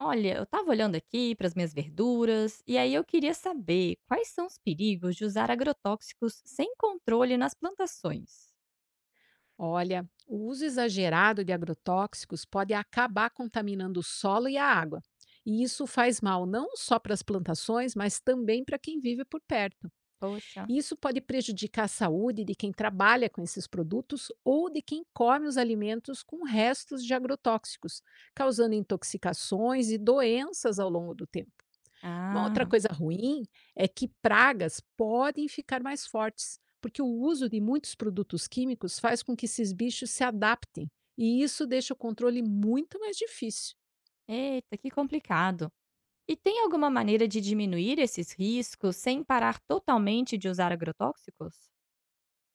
Olha, eu estava olhando aqui para as minhas verduras e aí eu queria saber quais são os perigos de usar agrotóxicos sem controle nas plantações. Olha, o uso exagerado de agrotóxicos pode acabar contaminando o solo e a água. E isso faz mal não só para as plantações, mas também para quem vive por perto. Poxa, E isso pode prejudicar a saúde de quem trabalha com esses produtos ou de quem come os alimentos com restos de agrotóxicos, causando intoxicações e doenças ao longo do tempo. Uma outra ah, coisa ruim é que pragas podem ficar mais fortes, porque o uso de muitos produtos químicos faz com que esses bichos se adaptem, e isso deixa o controle muito mais difícil. eita, que complicado. E tem alguma maneira de diminuir esses riscos sem parar totalmente de usar agrotóxicos?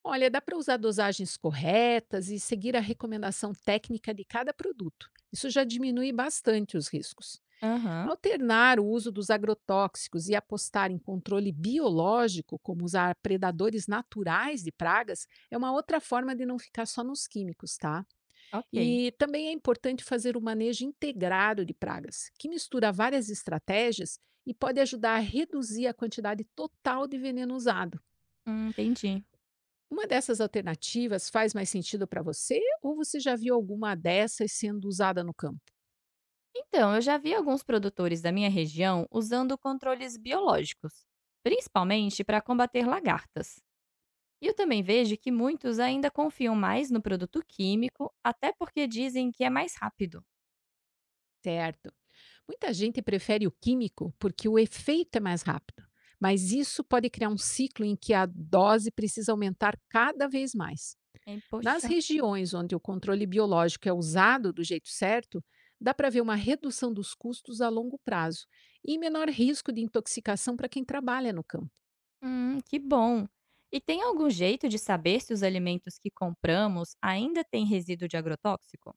Olha, dá para usar dosagens corretas e seguir a recomendação técnica de cada produto. Isso já diminui bastante os riscos. Aham, Alternar o uso dos agrotóxicos e apostar em controle biológico, como usar predadores naturais de pragas, é uma outra forma de não ficar só nos químicos, tá? ok, E também é importante fazer o manejo integrado de pragas, que mistura várias estratégias e pode ajudar a reduzir a quantidade total de veneno usado. hum, entendi. Uma dessas alternativas faz mais sentido para você ou você já viu alguma dessas sendo usada no campo? Então, eu já vi alguns produtores da minha região usando controles biológicos, principalmente para combater lagartas. E eu também vejo que muitos ainda confiam mais no produto químico, até porque dizem que é mais rápido. Certo. Muita gente prefere o químico porque o efeito é mais rápido, mas isso pode criar um ciclo em que a dose precisa aumentar cada vez mais. E, Nas poxa, regiões onde o controle biológico é usado do jeito certo, dá para ver uma redução dos custos a longo prazo e menor risco de intoxicação para quem trabalha no campo. Que bom! E tem algum jeito de saber se os alimentos que compramos ainda têm resíduo de agrotóxico?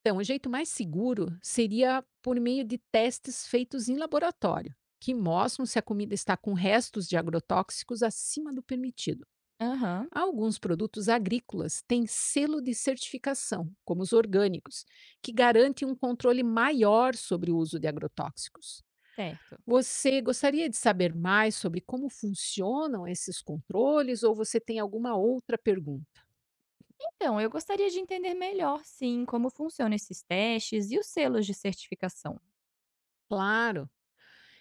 Então, o jeito mais seguro seria por meio de testes feitos em laboratório, que mostram se a comida está com restos de agrotóxicos acima do permitido. Aham, Alguns produtos agrícolas têm selo de certificação, como os orgânicos, que garante um controle maior sobre o uso de agrotóxicos. certo. Você gostaria de saber mais sobre como funcionam esses controles ou você tem alguma outra pergunta? Então, eu gostaria de entender melhor, sim, como funcionam esses testes e os selos de certificação. Claro,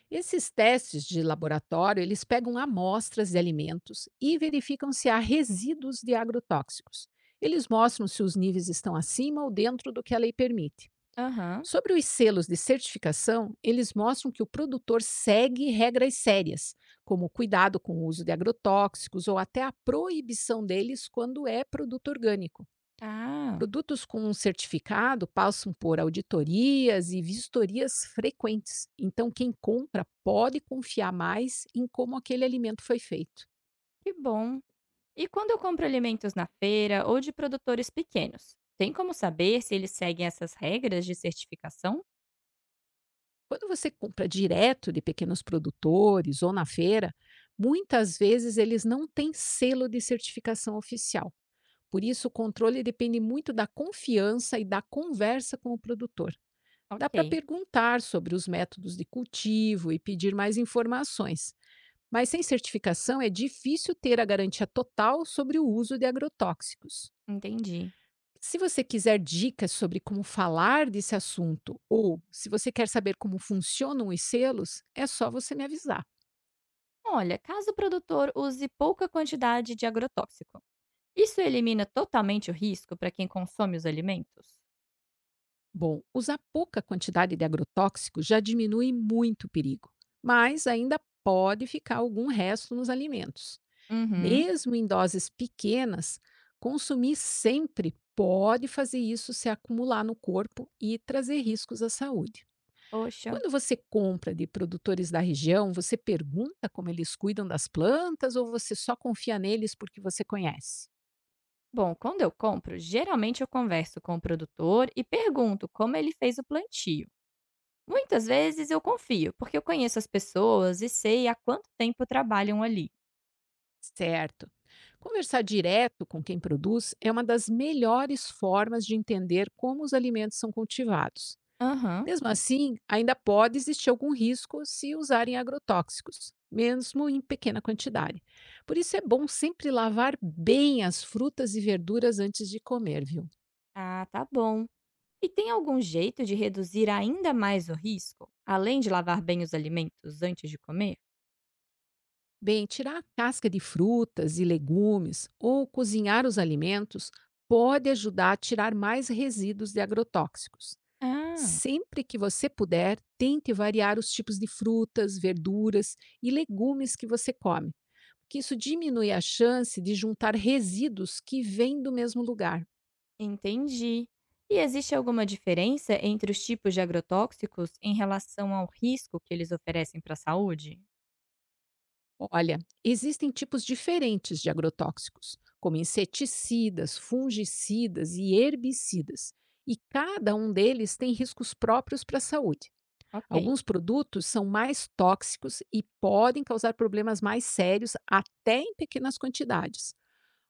esses testes de laboratório, eles pegam amostras de alimentos e verificam se há resíduos de agrotóxicos. Eles mostram se os níveis estão acima ou dentro do que a lei permite. Aham. Sobre os selos de certificação, eles mostram que o produtor segue regras sérias, como cuidado com o uso de agrotóxicos ou até a proibição deles quando é produto orgânico. Ah, Produtos com um certificado passam por auditorias e vistorias frequentes, então quem compra pode confiar mais em como aquele alimento foi feito. que bom. E quando eu compro alimentos na feira ou de produtores pequenos, tem como saber se eles seguem essas regras de certificação? Quando você compra direto de pequenos produtores ou na feira, muitas vezes eles não têm selo de certificação oficial. Por isso, o controle depende muito da confiança e da conversa com o produtor. Dá para Ok, perguntar sobre os métodos de cultivo e pedir mais informações. Mas sem certificação é difícil ter a garantia total sobre o uso de agrotóxicos. entendi. Se você quiser dicas sobre como falar desse assunto ou se você quer saber como funcionam os selos, é só você me avisar. Olha, caso o produtor use pouca quantidade de agrotóxico, isso elimina totalmente o risco para quem consome os alimentos? Bom, usar pouca quantidade de agrotóxico já diminui muito o perigo, mas ainda pode ficar algum resto nos alimentos. Uhum. Mesmo em doses pequenas, consumir sempre pode fazer isso se acumular no corpo e trazer riscos à saúde. Poxa. Quando você compra de produtores da região, você pergunta como eles cuidam das plantas ou você só confia neles porque você conhece? Bom, quando eu compro, geralmente eu converso com o produtor e pergunto como ele fez o plantio. Muitas vezes eu confio, porque eu conheço as pessoas e sei há quanto tempo trabalham ali. Certo. Conversar direto com quem produz é uma das melhores formas de entender como os alimentos são cultivados. Aham. Mesmo assim, ainda pode existir algum risco se usarem agrotóxicos, mesmo em pequena quantidade. Por isso é bom sempre lavar bem as frutas e verduras antes de comer, viu? Ah, tá bom. E tem algum jeito de reduzir ainda mais o risco, além de lavar bem os alimentos antes de comer? Bem, tirar a casca de frutas e legumes ou cozinhar os alimentos pode ajudar a tirar mais resíduos de agrotóxicos. Ah, Sempre que você puder, tente variar os tipos de frutas, verduras e legumes que você come, que isso diminui a chance de juntar resíduos que vêm do mesmo lugar. entendi. E existe alguma diferença entre os tipos de agrotóxicos em relação ao risco que eles oferecem para a saúde? Olha, existem tipos diferentes de agrotóxicos, como inseticidas, fungicidas e herbicidas, e cada um deles tem riscos próprios para a saúde. Ok, Alguns produtos são mais tóxicos e podem causar problemas mais sérios até em pequenas quantidades.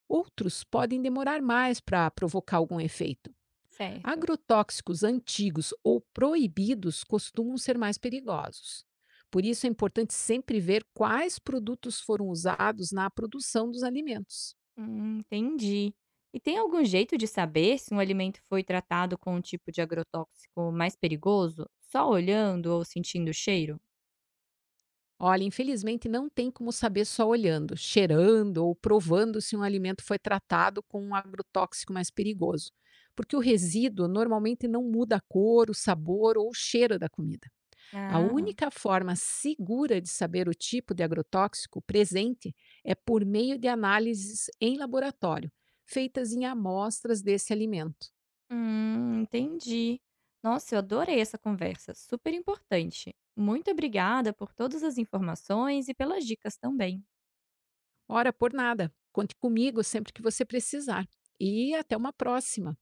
Outros podem demorar mais para provocar algum efeito. certo. Agrotóxicos antigos ou proibidos costumam ser mais perigosos. Por isso é importante sempre ver quais produtos foram usados na produção dos alimentos. Entendi. E tem algum jeito de saber se um alimento foi tratado com um tipo de agrotóxico mais perigoso, só olhando ou sentindo o cheiro? Olha, infelizmente não tem como saber só olhando, cheirando ou provando se um alimento foi tratado com um agrotóxico mais perigoso, porque o resíduo normalmente não muda a cor, o sabor ou o cheiro da comida. A Ah. única forma segura de saber o tipo de agrotóxico presente é por meio de análises em laboratório, feitas em amostras desse alimento. Entendi. Nossa, eu adorei essa conversa, super importante. Muito obrigada por todas as informações e pelas dicas também. Ora, por nada. Conte comigo sempre que você precisar. E até uma próxima!